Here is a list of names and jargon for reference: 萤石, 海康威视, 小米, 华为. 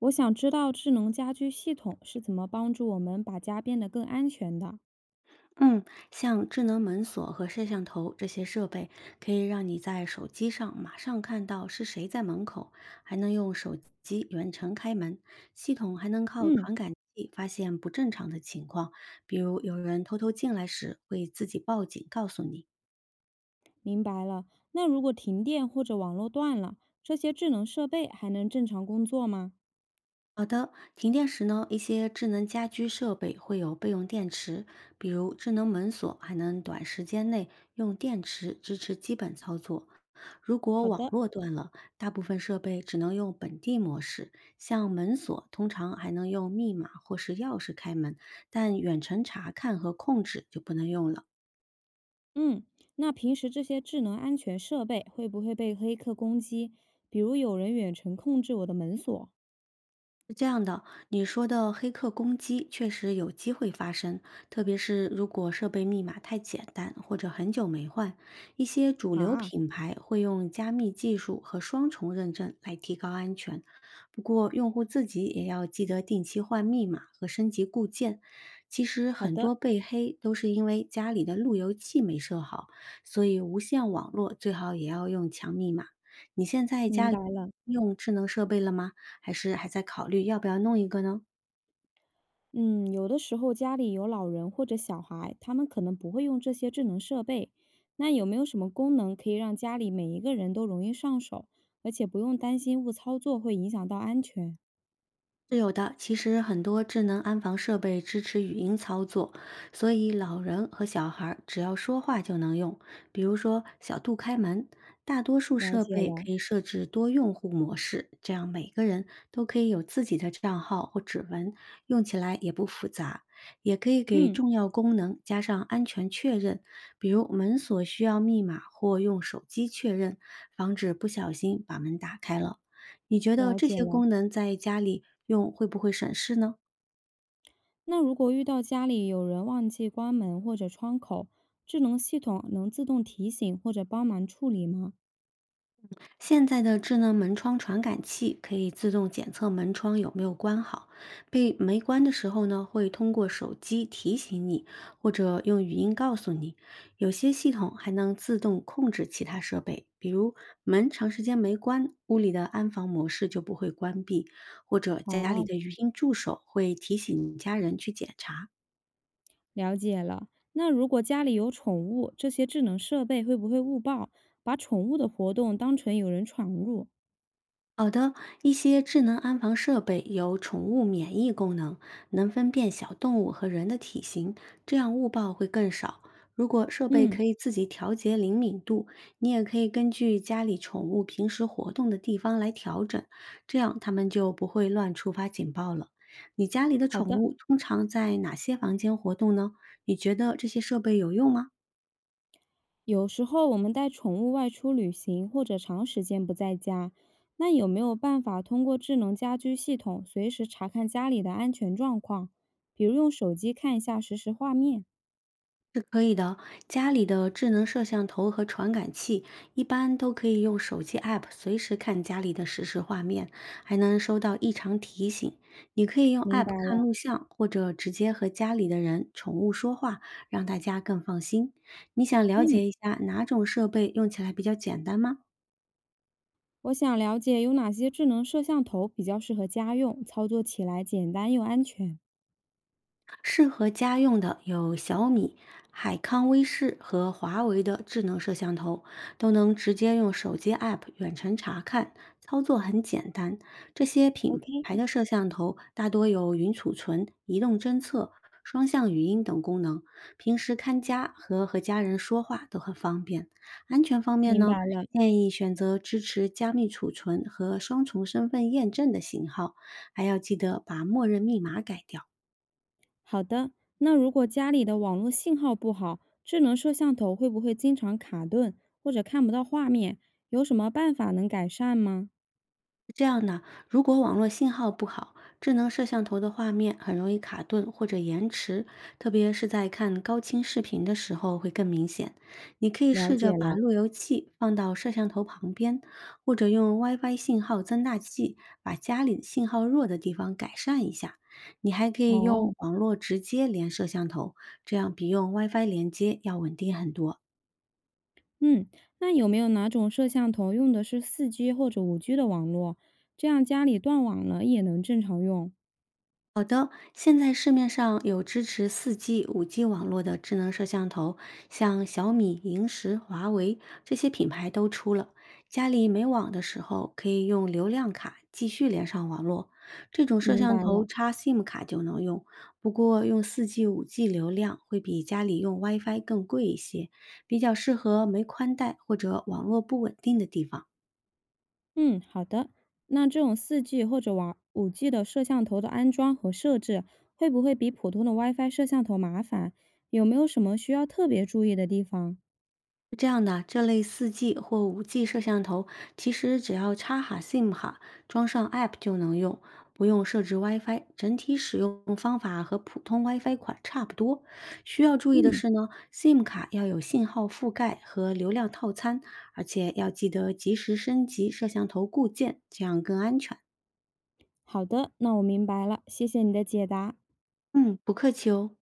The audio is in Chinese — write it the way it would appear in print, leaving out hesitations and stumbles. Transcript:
我想知道智能家居系统是怎么帮助我们把家变得更安全的。嗯，像智能门锁和摄像头这些设备，可以让你在手机上马上看到是谁在门口，还能用手机远程开门。系统还能靠嗯，传感器发现不正常的情况，比如有人偷偷进来时，会自己报警告诉你。明白了。那如果停电或者网络断了，这些智能设备还能正常工作吗？好的，停电时呢，一些智能家居设备会有备用电池，比如智能门锁，还能短时间内用电池支持基本操作。如果好网的，络断了，大部分设备只能用本地模式，像门锁通常还能用密码或是钥匙开门，但远程查看和控制就不能用了。嗯，那平时这些智能安全设备会不会被黑客攻击？比如有人远程控制我的门锁？是这样的，你说的黑客攻击确实有机会发生，特别是如果设备密码太简单或者很久没换，一些主流啊，品牌会用加密技术和双重认证来提高安全。不过，用户自己也要记得定期换密码和升级固件。其实，好很的，多被黑都是因为家里的路由器没设好，所以无线网络最好也要用强密码。你现在明家里白了。用智能设备了吗？还是还在考虑要不要弄一个呢？嗯，有的时候家里有老人或者小孩，他们可能不会用这些智能设备。那有没有什么功能可以让家里每一个人都容易上手，而且不用担心误操作会影响到安全？是有的，其实很多智能安防设备支持语音操作，所以老人和小孩儿只要说话就能用。比如说小度开门，大多数了设解备了，可以设置多用户模式，这样每个人都可以有自己的账号或指纹，用起来也不复杂。也可以给嗯，重要功能加上安全确认，比如门锁需要密码或用手机确认，防止不小心把门打开了。你觉得了这解些了。功能在家里用会不会省事呢？那如果遇到家里有人忘记关门或者窗口，智能系统能自动提醒或者帮忙处理吗？现在的智能门窗传感器可以自动检测门窗有没有关好，被没关的时候呢，会通过手机提醒你，或者用语音告诉你。有些系统还能自动控制其他设备，比如门长时间没关，屋里的安防模式就不会关闭，或者家里哦，的语音助手会提醒家人去检查。了解了。那如果家里有宠物，这些智能设备会不会误报？把宠物的活动当成有人闯入。好的，一些智能安防设备有宠物免疫功能，能分辨小动物和人的体型，这样误报会更少。如果设备嗯，可以自己调节灵敏度，你也可以根据家里宠物平时活动的地方来调整，这样它们就不会乱触发警报了。你家里的好宠的。物通常在哪些房间活动呢？你觉得这些设备有用吗？有时候我们带宠物外出旅行，或者长时间不在家，那有没有办法通过智能家居系统随时查看家里的安全状况？比如用手机看一下实时画面。是可以的，家里的智能摄像头和传感器一般都可以用手机 app 随时看家里的实时画面，还能收到异常提醒。你可以用 明 app 白看了。录像，或者直接和家里的人、宠物说话，让大家更放心。你想了嗯，解一下哪种设备用起来比较简单吗？我想了解有哪些智能摄像头比较适合家用，操作起来简单又安全。适合家用的有小米、海康威视和华为的智能摄像头，都能直接用手机 App 远程查看，操作很简单。这些品 OK，牌的摄像头大多有云储存、移动侦测、双向语音等功能，平时看家和家人说话都很方便。安全方面明呢，白了。建议选择支持加密储存和双重身份验证的型号，还要记得把默认密码改掉。好的，那如果家里的网络信号不好，智能摄像头会不会经常卡顿或者看不到画面？有什么办法能改善吗？这样呢，如果网络信号不好，智能摄像头的画面很容易卡顿或者延迟，特别是在看高清视频的时候会更明显。你可以了试着解把了，路由器放到摄像头旁边，或者用 WiFi 信号增大器把家里信号弱的地方改善一下。你还可以哦，用网络直接连摄像头，这样比用 WiFi 连接要稳定很多。嗯，那有没有哪种摄像头用的是四 g 或者五 g 的网络，这样家里断网了也能正常用？好的，现在市面上有支持四 g 五 g 网络的智能摄像头，像小米、萤石、华为这些品牌都出了。家里没网的时候，可以用流量卡继续连上网络。这种摄明像白头了，插 SIM 卡就能用，不过用四 g 五 g 流量会比家里用 WiFi 更贵一些，比较适合没宽带或者网络不稳定的地方。嗯，好的。那这种四 g 或者网五 g 的摄像头的安装和设置，会不会比普通的 WiFi 摄像头麻烦？有没有什么需要特别注意的地方？是这样的，这类 4G 或 5G 摄像头，其实只要插好 SIM 卡，装上 App 就能用，不用设置 WiFi。整体使用方法和普通 WiFi 款差不多。需要注意的嗯，是呢，SIM 卡要有信号覆盖和流量套餐，而且要记得及时升级摄像头固件，这样更安全。好的，那我明白了，谢谢你的解答。嗯，不客气哦。